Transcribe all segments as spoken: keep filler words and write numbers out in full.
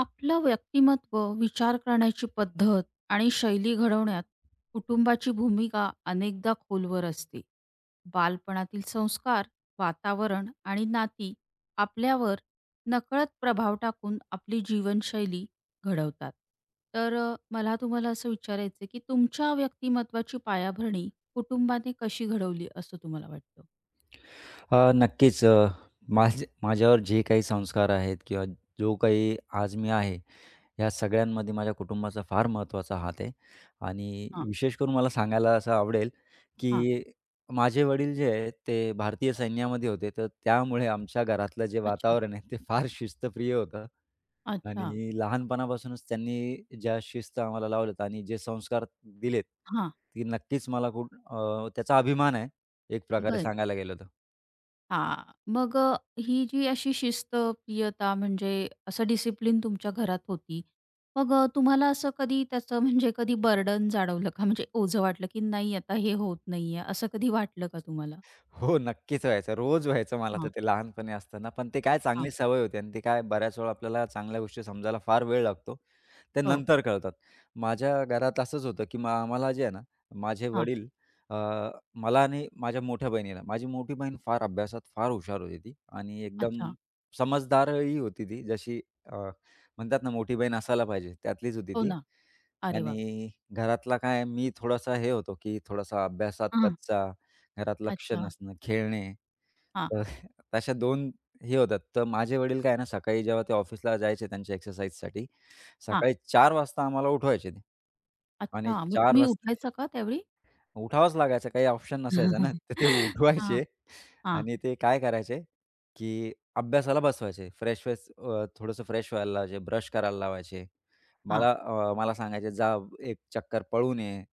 आपलं व्यक्तिमत्व, विचार करण्याची पद्धत आणि शैली घडवण्यात कुटुंबाची भूमिका अनेकदा खोलवर असते. बालपणातील संस्कार, वातावरण आणि नाती आपल्यावर नकळत प्रभाव टाकून आपली जीवनशैली घडवतात. तर अ, मला तुम्हाला असं विचारायचं आहे, की तुमच्या व्यक्तिमत्त्वाची पायाभरणी कुटुंबाने कशी घडवली असं तुम्हाला वाटतं? अ, नक्कीच अ, माझे माझ्यावर जे काही संस्कार आहेत किंवा जो काही आज मी आहे, या सगळ्यांमध्ये माझ्या कुटुंबाचा फार महत्त्वाचा हात आहे आणि हां, विशेष करून मला सांगायला असं आवडेल, हां. की माझे वडील जे आहेत ते भारतीय सैन्यामध्ये होते, तर त्यामुळे आमच्या घरातलं जे अच्छा, वातावरण आहे ते फार शिस्तप्रिय होतं अच्छा. आणि लहानपणापासूनच त्यांनी ज्या शिस्त आम्हाला लावल्यात आणि जे संस्कार दिलेत, हां. ती नक्कीच मला कुठ अ, त्याचा अभिमान आहे, एक प्रकारे बरं. सांगायला गेलं तर. हां. मग अ, ही जी अशी शिस्त, प्रियता म्हणजे असं डिसिप्लिन तुमच्या घरात होती. मग अ, तुम्हाला असं कधी त्याचं म्हणजे कधी बर्डन जाणवलं का? म्हणजे ओझं वाटलं, की नाही आता हे होत नाहीये, असं कधी वाटलं का तुम्हाला? हो, नक्कीच व्हायचं. रोज व्हायचं मला तर हा, ते लहानपणी असताना. पण ते काय हा, चांगली सवय होती आणि ते काय बऱ्याच वेळा आपल्याला चांगल्या गोष्टी समजायला फार वेळ लागतो. ते हो. नंतर कळतात. माझ्या घरात असंच होतं, की मा मला जे आहे ना, माझे हां. वडील अ, मला आणि माझ्या मोठ्या बहिणीला माझी मोठी बहीण फार अभ्यासात फार हुशार होती ती आणि एकदम अच्छा. समजदारही होती ती. जशी अ, म्हणतात ना, मोठी बहीण असायला पाहिजे, त्यातलीच होती हो ती. ना. अरे वाह! आणि घरातला काय मी थोडासा हे होतो, की थोडासा अभ्यासात हां. कच्चा, घरात लक्ष अच्छा. नसणं, खेळणे हां, तर तशा दोन हे होतात. तर माझे वडील काय आहे ना, सकाळी जेव्हा ते ऑफिसला जायचे त्यांच्या एक्सरसाइजसाठी, हां. सकाळी चार वाजता आम्हाला उठवायचे ते. आणि अच्छा. मग चार तुम्ही वाजता उठायचा का त्यावेळी? उठावंच लागायचं, काही ऑप्शन नसायचा ना. तर ते हां, उठवायचे हां, आणि ते काय करायचे, की अभ्यासाला बसवायचे. फ्रेश-वेश अ, थोडंसं फ्रेश व्हायला लावायचे, ब्रश करायला लावायचे. हां, मला अ, मला सांगायचे, "जा एक चक्कर पळून ये.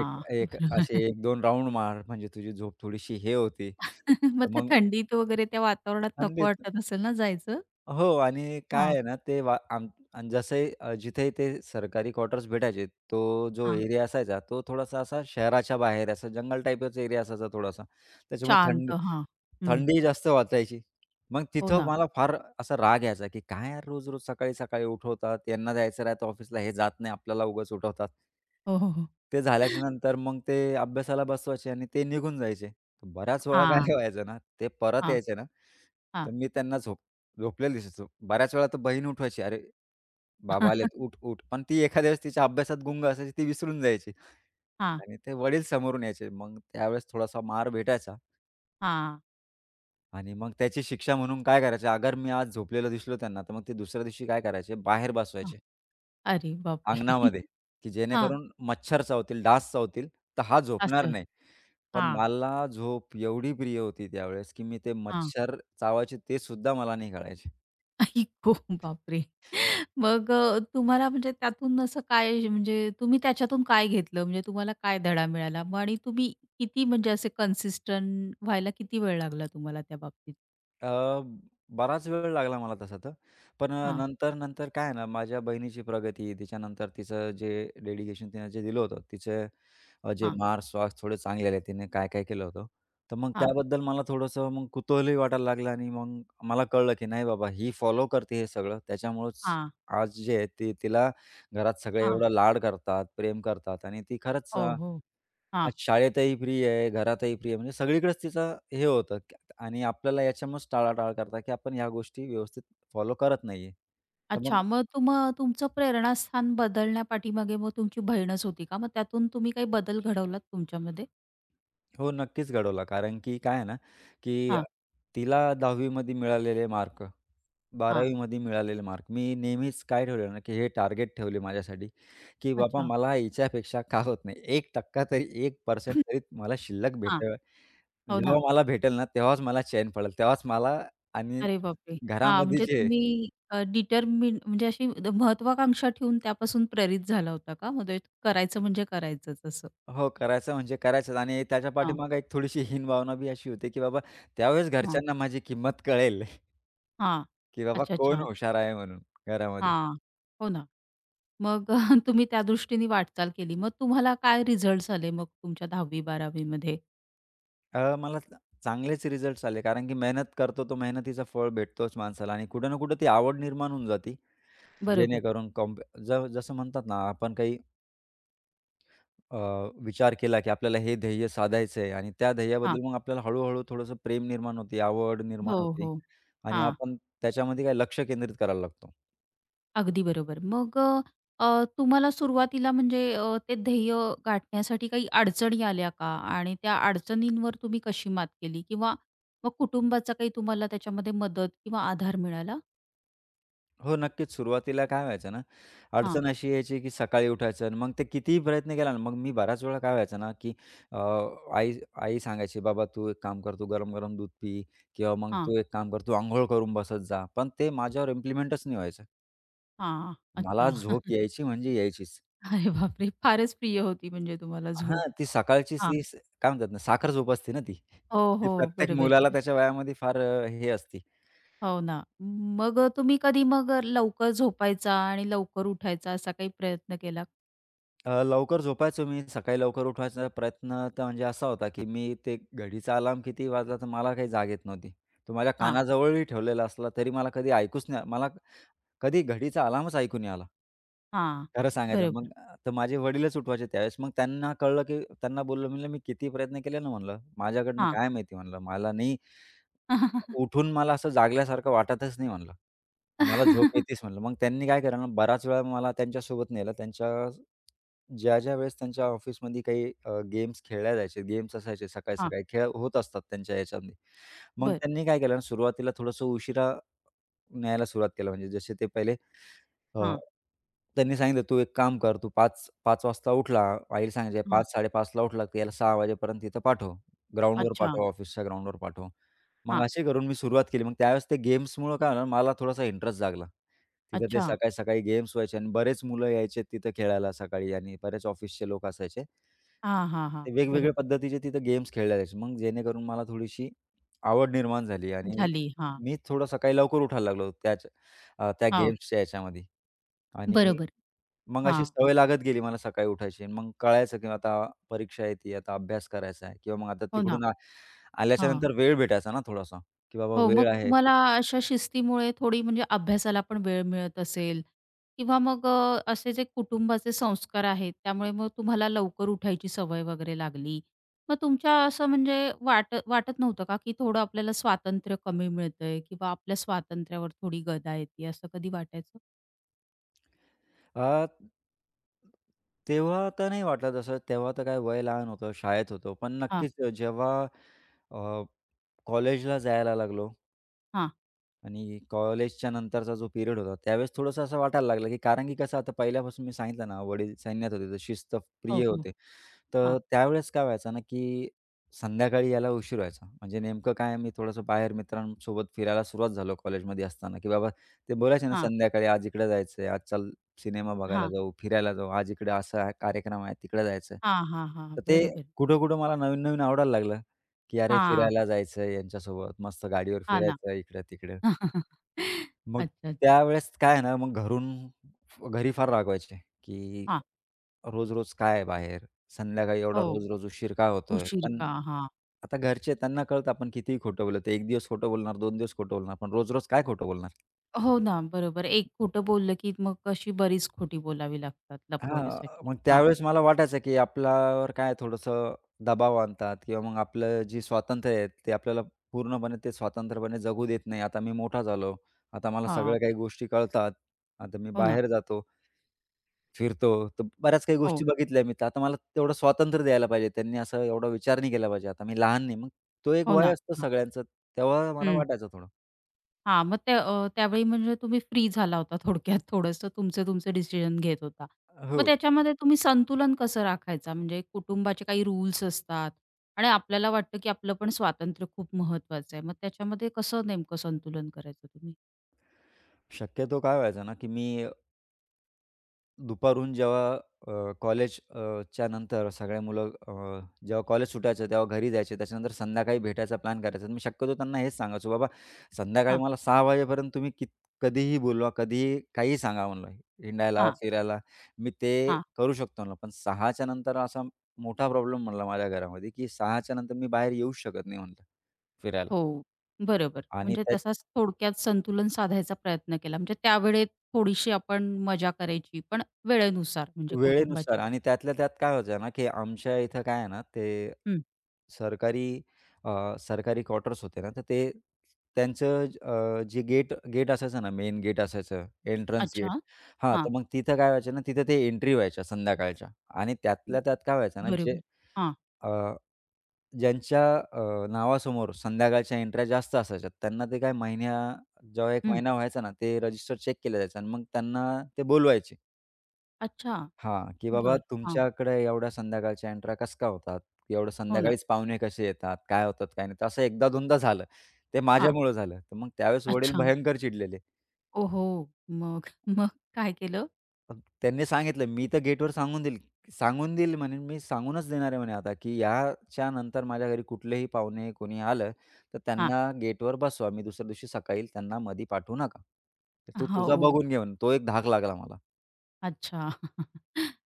एक एक बरोबर. असे एक दोन राउंड मार, म्हणजे तुझी झोप थोडीशी हे होती." मग तर त्या मग थंडीत वगैरे त्या वातावरणात नको थंडीत वाटत असेल ना जायचं? हो आणि काय हां, आहे ना, ते वा आम आणि जसंही अ, जिथे ते सरकारी क्वार्टर्स भेटायचे, तो जो एरिया असायचा, तो थोडासा असा शहराच्या बाहेर असा जंगल टाइपच एरिया असायचा थोडासा. त्याच्यामुळे थंडी शांत. हां. हं. थंडी जास्त वाजायची. मग हो तिथं ना. मला फार असा राग यायचा, की काय यार रोज-रोज सकाळी-सकाळी उठवतात, यांना जायचं राहतं ऑफिसला, हे जात नाही, आपल्याला उगाच उठवतात. हो, हो, हो. ते झाल्याच्या नंतर मग ते अभ्यासाला बसवायचे आणि ते निघून जायचे. बऱ्याच वेळा हां, काय व्हायचं ना, ते परत हां, यायचे ना, हां. तर मी त्यांना झोपलेली दिसायचो. बऱ्याच वेळा तर बहीण उठवायची, "अरे बाबा आलेत, उठ, उठ." पण ती एखाद्या वेळेस तिच्या अभ्यासात गुंग असायची, ती विसरून जायची हां, आणि ते वडील समोरून यायचे. मग त्यावेळेस थोडासा मार भेटायचा हां, आणि मग त्याची शिक्षा म्हणून काय करायचे, अगर मी आज झोपलेलो दिसलो त्यांना, तर मग ते दुसऱ्या दिवशी काय करायचे, बाहेर हां. बसवायचे अरे बापरे! अंगणामध्ये, की हां, जेणेकरून मच्छर चावतील, डास चावतील, तर हा झोपणार असं. नाही. पण हां, मला झोप एवढी प्रिय होती त्यावेळेस, की मी ते हां. मच्छर चावायचे ते सुद्धा मला नाही कळायचे. आई गो! बापरे! मग अ, तुम्हाला म्हणजे त्यातून असं काय म्हणजे तुम्ही त्याच्यातून काय घेतलं? म्हणजे तुम्हाला काय धडा मिळाला? मग आणि तुम्ही किती म्हणजे असे कन्सिस्टंट व्हायला किती वेळ लागला तुम्हाला त्या बाबतीत? अ, बराच वेळ लागला मला तसा तर. पण अ, हां, नंतर, नंतर काय आहे ना, माझ्या बहिणीची प्रगती, तिच्यानंतर तिचं जे डेडिकेशन तिनं जे दिलं होतं, तिचे अ, जे हां, मार्क्स वाक्स थोडे चांगले आले, तिने काय-काय केलं होतं. तर मग हां, त्याबद्दल मला थोडंसं मग कुतूहलही वाटायला लागलं आणि मग मला कळलं, की नाही बाबा ही फॉलो करते हे सगळं. त्याच्यामुळंच हां, आज जे आहे, ते तिला घरात सगळे हां. एवढा लाड करतात, प्रेम करतात आणि ती खरंच हो, हो. हां. आज शाळेतही फ्री आहे, घरातही फ्री आहे. म्हणजे सगळीकडेच तिचा हे होतं क- आणि आपल्याला याच्यामुळेच टाळाटाळ करतात, की आपण ह्या गोष्टी व्यवस्थित फॉलो करत नाहीये. तर मग अच्छा. मग तुम तुमचं प्रेरणास्थान बदलण्या पाठीमागे मग तुमची बहीणच होती का? मग त्यातून तुम्ही काही बदल घडवलात तुमच्यामध्ये? हो, नक्कीच घडवला. कारण की काय आहे ना, की हा, तिला दहावी मध्ये मिळालेले मार्क, हा, बारावी मध्ये मिळालेले मार्क. मी नेहमीच काय ठेवलेलं ना, की हे टार्गेट ठेवले माझ्यासाठी, की बाबा अच्छा. मला हिच्यापेक्षा का होत नाही. एक टक्का तरी, एक टक्का तरी मला शिल्लक हा, भेटेल. हो जेव्हा ना. मला भेटेल ना, तेव्हाच मला चैन पडेल. तेव्हाच मला आणि अरे बापरे! हा, घरामध्ये म्हणजे जे तुम्ही अ, डिटरमिन म्हणजे अशी द- महत्वाकांक्षा ठेवून त्यापासून प्रेरित झाला होता का? मग ते करायचं म्हणजे करायचंच असं? हो, करायचं म्हणजे करायचंच आणि त्याच्या हां, पाठीमागे एक थोडीशी हीन भावना बी अशी होती, की बाबा त्यावेळेस हां, घरच्यांना माझी किंमत कळेल, हां. की बाबा अच्छा, कोण अच्छा. हुशार आहे म्हणून घरामध्ये. हां. हो ना. मग तुम्ही त्या दृष्टीने वाटचाल केली. मग तुम्हाला काय रिझल्ट्स आले मग तुमच्या दहावी बारावी मध्ये? अ, मला च- चांगलेच रिझल्ट्स आले कारण की मेहनत करतो तो मेहनतीचं फळ भेटतोच माणसाला आणि कुठं ना कुठं ती आवड निर्माण होऊन जाते. बरोबर. जेणेकरून कॉम्प ज जसं म्हणतात ना, आपण काही अ, विचार केला, की आपल्याला हे ध्येय साधायचं आहे आणि त्या ध्येयाबद्दल मग आपल्याला हळू थोडंसं प्रेम निर्माण होते, आवड निर्माण हो, होते हो. आणि हां, आपण त्याच्यामध्ये काही लक्ष केंद्रित करायला लागतो. अगदी बरोबर. मग अ, अ, तुम्हाला सुरुवातीला म्हणजे अ, ते ध्येय गाठण्यासाठी काही अडचणी आल्या का? आणि त्या अडचणींवर तुम्ही कशी मात केली? किंवा मग कुटुंबाचा काही तुम्हाला त्याच्यामध्ये मदत किंवा आधार मिळाला? हो, नक्कीच. सुरुवातीला काय व्हायचं ना, हां, अडचण अशी यायची की सकाळी उठायचं आणि मग ते कितीही प्रयत्न केला ना, मग मी बऱ्याच वेळा काय व्हायचं ना, की अ, आई आई सांगायची, "बाबा तू एक काम कर, तू गरम-गरम दूध पी किंवा मग हां, तू एक काम कर, तू अंघोळ करून बसत जा." पण ते माझ्यावर इम्प्लिमेंटच नाही व्हायचं. हां. मला अच्छा. झोप यायची म्हणजे यायचीच. अरे बापरे! फारच प्रिय होती म्हणजे तुम्हाला हां, झोप. ती सकाळची हां. ती स- काय म्हणतात ना, साखर झोप असते ना ती. हो, ती हो. प्रत्येक बरोबर. मुलाला त्याच्या वयामध्ये फार अ, हे असते. हो ना. मग अ, तुम्ही कधी मग लवकर झोपायचा आणि लवकर उठायचा असा काही प्रयत्न केला? अ, लवकर झोपायचो मी. सकाळी लवकर उठवायचा प्रयत्न तर म्हणजे असा होता, की मी ते घडीचा अलार्म किती वाजला तर मला काही जाग येत नव्हती. तो माझ्या हां, कानाजवळही ठेवलेला असला तरी मला कधी ऐकूच नाही मला कधी घडीचा अलार्मच ऐकू नाही आला. हां. खरं सांगायचं बरोबर. मग अ, तर माझे वडीलच उठवायचे त्यावेळेस. मग त्यांना कळलं, की त्यांना बोललो म्हणलं, "मी किती प्रयत्न केले ना," म्हणलं, "माझ्याकडनं काय माहिती?" म्हणलं, "मला नाही" उठून मला असं जागल्यासारखं वाटतच नाही म्हणलं. मला झोप येतेच म्हणलं. मग त्यांनी काय केलं ना, बराच वेळा मला त्यांच्यासोबत नेलं. त्यांच्या ज्या-ज्या वेळेस त्यांच्या ऑफिसमध्ये काही गेम्स खेळल्या जायचे, गेम्स असायचे हां, सकाळी-सकाळी खेळ होत असतात त्यांच्या याच्यामध्ये. मग बरं. त्यांनी काय केलं ना, सुरुवातीला थोडंसं उशिरा न्यायला सुरुवात केलं. म्हणजे जसे ते पहिले अ, हां, त्यांनी सांगितलं, "तू एक काम कर, तू पाच-पाच वाजता उठला." आईला सांगायचे हां. पाच-साडे पाच ला उठला, की याला सहा वाजेपर्यंत तिथं पाठव. ग्राउंडवर अच्छा. पाठव, ऑफिसच्या ग्राउंडवर पाठव. मग हां, अशी करून मी सुरुवात केली. मग त्यावेळेस ते गेम्समुळं काय झालं, मला थोडासा इंटरेस्ट जागला. तिथं ते अच्छा. सकाळी-सकाळी गेम्स व्हायचे आणि बरेच मुलं यायचे तिथं खेळायला सकाळी आणि बरेच ऑफिसचे लोक असायचे. हां, हां, हां. ते वेगवेगळ्या बरोबर. पद्धतीचे तिथं गेम्स खेळले जायचे. मग जेणेकरून मला थोडीशी आवड निर्माण झाली आणि झाली. हां, मी थोडं सकाळी लवकर उठायला लागलो त्याच अ, त्या हां. गेम्सच्या याच्यामध्ये. आणि बरोबर. मग अशी हां. सवय लागत गेली मला सकाळी उठायची आणि मग कळायचं की आता परीक्षा येते, आता अभ्यास करायचा आहे किंवा मग आता हो ना. तिकडून आ हां. आल्याच्यानंतर वेळ भेटायचा ना थोडासा, की बाबा हो, मग वेळ आहे की तुम्हाला अशा शिस्तीमुळे थोडी म्हणजे अभ्यासाला पण वेळ मिळत असेल किंवा मग अ, असे जे कुटुंबाचे संस्कार आहेत, त्यामुळे मग तुम्हाला लवकर उठायची सवय वगैरे लागली. मग तुमच्या असं म्हणजे वाट वाटत नव्हतं का, की थोडं आपल्याला स्वातंत्र्य कमी मिळतंय किंवा आपल्या स्वातंत्र्यावर थोडी गदा येते, असं कधी वाटायचं? अ, तेव्हा तर नाही वाटलं तसं. तेव्हा तर काय वय लहान होतं, शाळेत होतो. पण नक्कीच जेव्हा अ, कॉलेजला जायला लागलो हां. आणि कॉलेजच्या नंतरचा जो पिरियड होता, त्यावेळेस थोडंसं असं वाटायला लागलं, की कारण की कसं आता पहिल्यापासून मी सांगितलं ना, वडील सैन्यात होते, तर शिस्त हो, प्रिय हो. होते. तर हां, त्यावेळेस काय व्हायचं ना, की संध्याकाळी यायला उशीर व्हायचा. म्हणजे नेमकं काय मी थोडंसं बाहेर मित्रांसोबत फिरायला सुरुवात झालो कॉलेजमध्ये असताना, की बाबा ते बोलायचे ना हां, संध्याकाळी, "आज इकडे जायचं आज चल सिनेमा बघायला हां, जाऊ, फिरायला जाऊ, आज इकडे असा हा कार्यक्रम आहे, तिकडे जायचं हां, हां, हां. तर ते बरोबर. कुठं-कुठं मला नवीन-नवीन आवडायला लागलं, की अरे हां. फिरायला जायचं यांच्यासोबत, मस्त गाडीवर हां ना. फिरायचं इकडं-तिकडं. मग अच्छा, अच्छा. त्यावेळेस काय आहे ना, मग घरून घरी फार रागवायचे, की हां. रोज-रोज काय आहे बाहेर? संध्याकाळी एवढा हो. रोज-रोज उशीर का होतोय? उशीर पण का? हां. आता घरचे त्यांना कळतं आपण कितीही खोटं बोललं, ते एक दिवस खोटं बोलणार, दोन दिवस खोटं बोलणार, पण रोज-रोज काय खोटं बोलणार? हो ना, बरोबर. एक खोटं बोललं की मग अशी बरीच खोटी बोलावी लागतात हां, लपवण्यासाठी. मग हां, त्यावेळेस मला वाटायचं, की आपल्यावर काय थोडंसं दबाव आणतात किंवा मग आपलं जे स्वातंत्र्य आहे, ते आपल्याला पूर्णपणे ते स्वातंत्र्यपणे जगू देत नाही. आता मी मोठा झालो, आता मला हां. सगळ्या काही गोष्टी कळतात, आता मी हो ना. बाहेर जातो. फिरतो. तर बऱ्याच काही गोष्टी हो, बघितल्या मी. तर आता मला तेवढं स्वातंत्र्य द्यायला पाहिजे. त्यांनी असा एवढा विचार नाही केला पाहिजे. आता मी लहान नाही. मग तो एक हो वय ना. असतं हां. सगळ्यांचं. तेव्हा मला वाटायचं थोडं. हां, मग त्या अ, त्यावेळी म्हणजे तुम्ही फ्री झाला होता थोडक्यात थोडंसं तुमचे तुमचे डिसिजन घेत होता. मग हो. त्याच्यामध्ये तुम्ही संतुलन कसं राखायचा? म्हणजे कुटुंबाचे काही रूल्स असतात आणि आपल्याला वाटतं, की आपलं पण स्वातंत्र्य खूप महत्वाचं आहे. मग त्याच्यामध्ये कसं नेमकं संतुलन करायचं तुम्ही? शक्यतो काय व्हायचं ना, की मी दुपारून जेव्हा अ, कॉलेज अ, च्या नंतर सगळे मुलं अ, जेव्हा कॉलेज सुटायचं तेव्हा घरी जायचे. त्याच्यानंतर संध्याकाळी भेटायचा प्लॅन करायचा. मी शक्यतो त्यांना हेच सांगायचो, "बाबा संध्याकाळी हां, मला सहा वाजेपर्यंत तुम्ही कित कधीही बोलवा, कधीही काहीही सांगा," म्हणलं, "हिंडायला, हां, फिरायला मी ते हां. करू शकतो," म्हणलं. "पण सहा नंतर असा मोठा प्रॉब्लेम म्हणला माझ्या घरामध्ये, की सहा नंतर मी बाहेर येऊच शकत नाही," म्हणलं, "फिरायला." हो, बरोबर. आणि म्हणजे त्या तसाच थोडक्यात संतुलन साधायचा प्रयत्न केला. म्हणजे त्यावेळेत थोडीशी आपण मजा करायची, पण वेळेनुसार म्हणजे वेळेनुसार कुटुंबाच्या. आणि त्यातल्या त्यात काय व्हायचं ना, की आमच्या इथं काय आहे ना, ते हं. सरकारी अ, सरकारी क्वार्टर्स होते ना, तर ते त्यांचं ज- अ, जे गेट गेट असायचं ना, मेन गेट असायचं, एंट्रन्स गेट. अच्छा. हां, हां. तर मग तिथं काय व्हायचं ना, तिथं ते एंट्री व्हायच्या संध्याकाळच्या आणि त्यातल्या त्यात काय व्हायचं ना, जे बरोबर. हां. अ, ज्यांच्या अ, नावासमोर संध्याकाळच्या एंट्र्या जास्त असायच्या, त्यांना ते काय महिन्या जेव्हा एक महिना व्हायचा ना, ते रजिस्टर चेक केलं जायचं आणि मग त्यांना ते बोलवायचे. अच्छा. हां, की बाबा बर, हां. तुमच्याकडे एवढ्या संध्याकाळच्या एंट्र्या कसं काय होतात? एवढं हो ना. संध्याकाळीच पाहुणे कसे येतात? काय होतात? काय नाही? तर असं एकदा दोनदा झालं. ते हां. माझ्यामुळं झालं. तर मग त्यावेळेस वडील अच्छा. भयंकर चिडलेले. ओहो! मग मग काय केलं? पण त्यांनी सांगितलं, "मी तर गेटवर सांगून देईल सांगून देईल म्हणे मी सांगूनच देणार आहे म्हणे आता, की याच्यानंतर माझ्या घरी कुठलेही पाहुणे कोणी आलं, तर हां. त्यांना गेटवर बसवा. मी दुसऱ्या दिवशी सकाळी त्यांना मधी पाठवू नका. तर तू हो. तुझा हो. बघून घे" म्हणून. तो एक धाक लागला मला. अच्छा.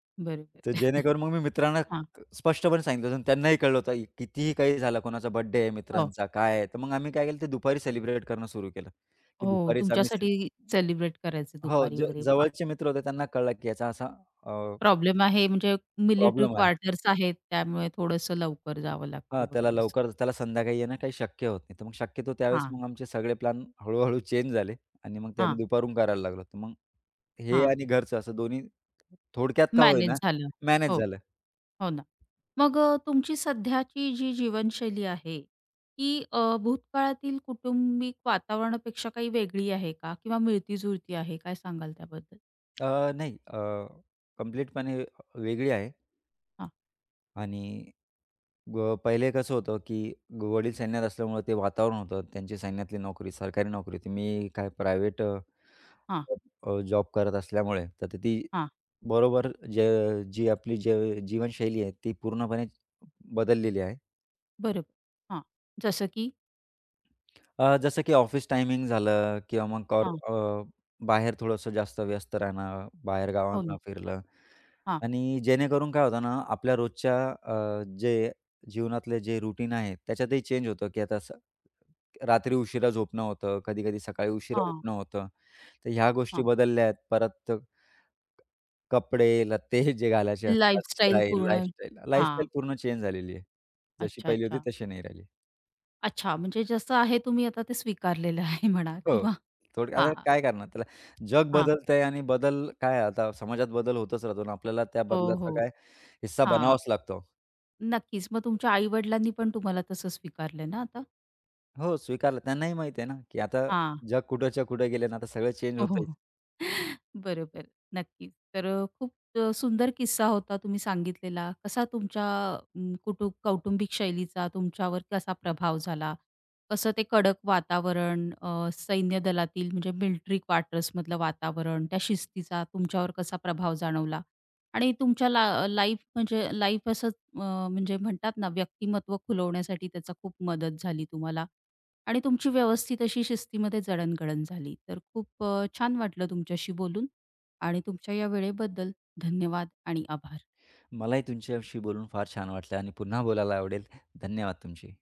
तर बरोबर. जेणेकरून मग मी मित्रांना हां. क- स्पष्टपणे सांगितलं होतं. आणि त्यांनाही कळलं होतं की कितीही काही झालं, कोणाचा बर्थडे आहे, हो. मित्रांचा काय आहे. तर मग आम्ही काय केलं ते दुपारी सेलिब्रेट करणं सुरू केलं, की हो. दुपारीच आम्ही सेल तुमच्यासाठी सेलिब्रेट करायचं हो, दुपारी ज वगैरे. वाह! जवळचे मित्र होते त्यांना कळलं, की याचा असा प्रॉब्लेम आहे म्हणजे मिलिटरी प्रॉब्लेम आहे. क्वार्टर्स आहेत त्यामुळे थोडंसं लवकर जावं लागतं हां, त्याला वगैरे असं. लवकर त्याला संध्याकाळी येणं काही शक्य होत नाही. तर मग शक्यतो त्यावेळेस हां. मग आमचे सगळे प्लॅन हळू चेंज झाले आणि मग ते आम्ही हां. दुपारून करायला लागलो. तर मग हे हां. आणि घरचं असं दोन्ही थोडक्यात का होईना मॅनेज झालं. मॅनेज हो. झालं. हो ना. मग अ, तुमची सध्याची जी जीवनशैली आहे, ती अ, भूतकाळातील कौटुंबिक वातावरणापेक्षा काही वेगळी आहे का? किंवा मिळती-जुळती आहे? काय सांगाल त्याबद्दल? अ, नाही कंप्लीटपणे वेगळी आहे. हां, आणि ग पहिले कसं होतं, की ग- वडील सैन्यात असल्यामुळं ते वातावरण होतं. त्यांची सैन्यातली नोकरी, सरकारी नोकरी होती. मी काय प्रायव्हेट हां, जॉब करत असल्यामुळे तर त ती हां. बरोबर जे जी आपली जे जीवनशैली आहे ती पूर्णपणे बदललेली आहे. बरोबर. हां. जसं की? अ, जसं की ऑफिस टायमिंग झालं किंवा मग कॉर हां. अ, बाहेर थोडंसं जास्त व्यस्त राहणं, बाहेर हो गावांना ना. फिरणं हां, आणि जेणेकरून काय होतं ना, आपल्या रोजच्या अ, जे जीवनातले जे रूटीन आहे, त्याच्यातही चेंज होतं, की आता स रात्री उशिरा झोपणं होतं, कधी-कधी सकाळी उशिरा हां, उठणं होतं. तर ह्या गोष्टी हां. बदलल्या आहेत. परत कपडे, लत्ते जे घालायचे असतात, लाईफस्टाईल स्टाईल, पूर्ण लाईफस्टाईल, हां. लाईफस्टाईल पूर्ण चेंज झालेली आहे. जशी अच्छा, पहिली होती अच्छा. तशी नाही राहिली. अच्छा, म्हणजे जसं आहे तुम्ही आता ते स्वीकारलेलं आहे म्हणा हो. किंवा थोडक्यात आता हां, काय करणार त्याला? जग हां. बदलतंय आणि बदल काय आहे, आता समाजात बदल होतच राहतो आणि आपल्याला त्या हो, बदलाचा हो. काय हिस्सा हां. बनावाच लागतो. नक्कीच. मग तुमच्या आई-वडिलांनी पण तुम्हाला तसं स्वीकारलंय ना आता? हो, स्वीकारलं. त्यांनाही माहिती आहे ना, की आता हां. जग कुठच्या कुठे गेले ना, आता सगळं चेंज हो, हो, होतंयच. हो. बरोबर. नक्कीच. तर अ, खूप अ, सुंदर किस्सा होता तुम्ही सांगितलेला. कसा तुमच्या अं, कुटुंब कौटुंबिक शैलीचा तुमच्यावर कसा प्रभाव झाला? कसं ते कडक वातावरण, अ, सैन्य दलातील म्हणजे मिलिटरी क्वार्टर्समधलं वातावरण, त्या शिस्तीचा तुमच्यावर कसा प्रभाव जाणवला? आणि तुमच्या ला लाईफ म्हणजे लाईफ असं अ, म्हणजे म्हणतात ना व्यक्तिमत्व खुलवण्यासाठी त्याचा खूप मदत झाली तुम्हाला. आणि तुमची व्यवस्थित अशी शिस्तीमध्ये जडणघडण झाली. तर खूप अ, छान वाटलं तुमच्याशी बोलून आणि तुमच्या या वेळेबद्दल धन्यवाद आणि आभार. मलाही तुमच्याशी बोलून फार छान वाटलं आणि पुन्हा बोलायला आवडेल. धन्यवाद तुमचे.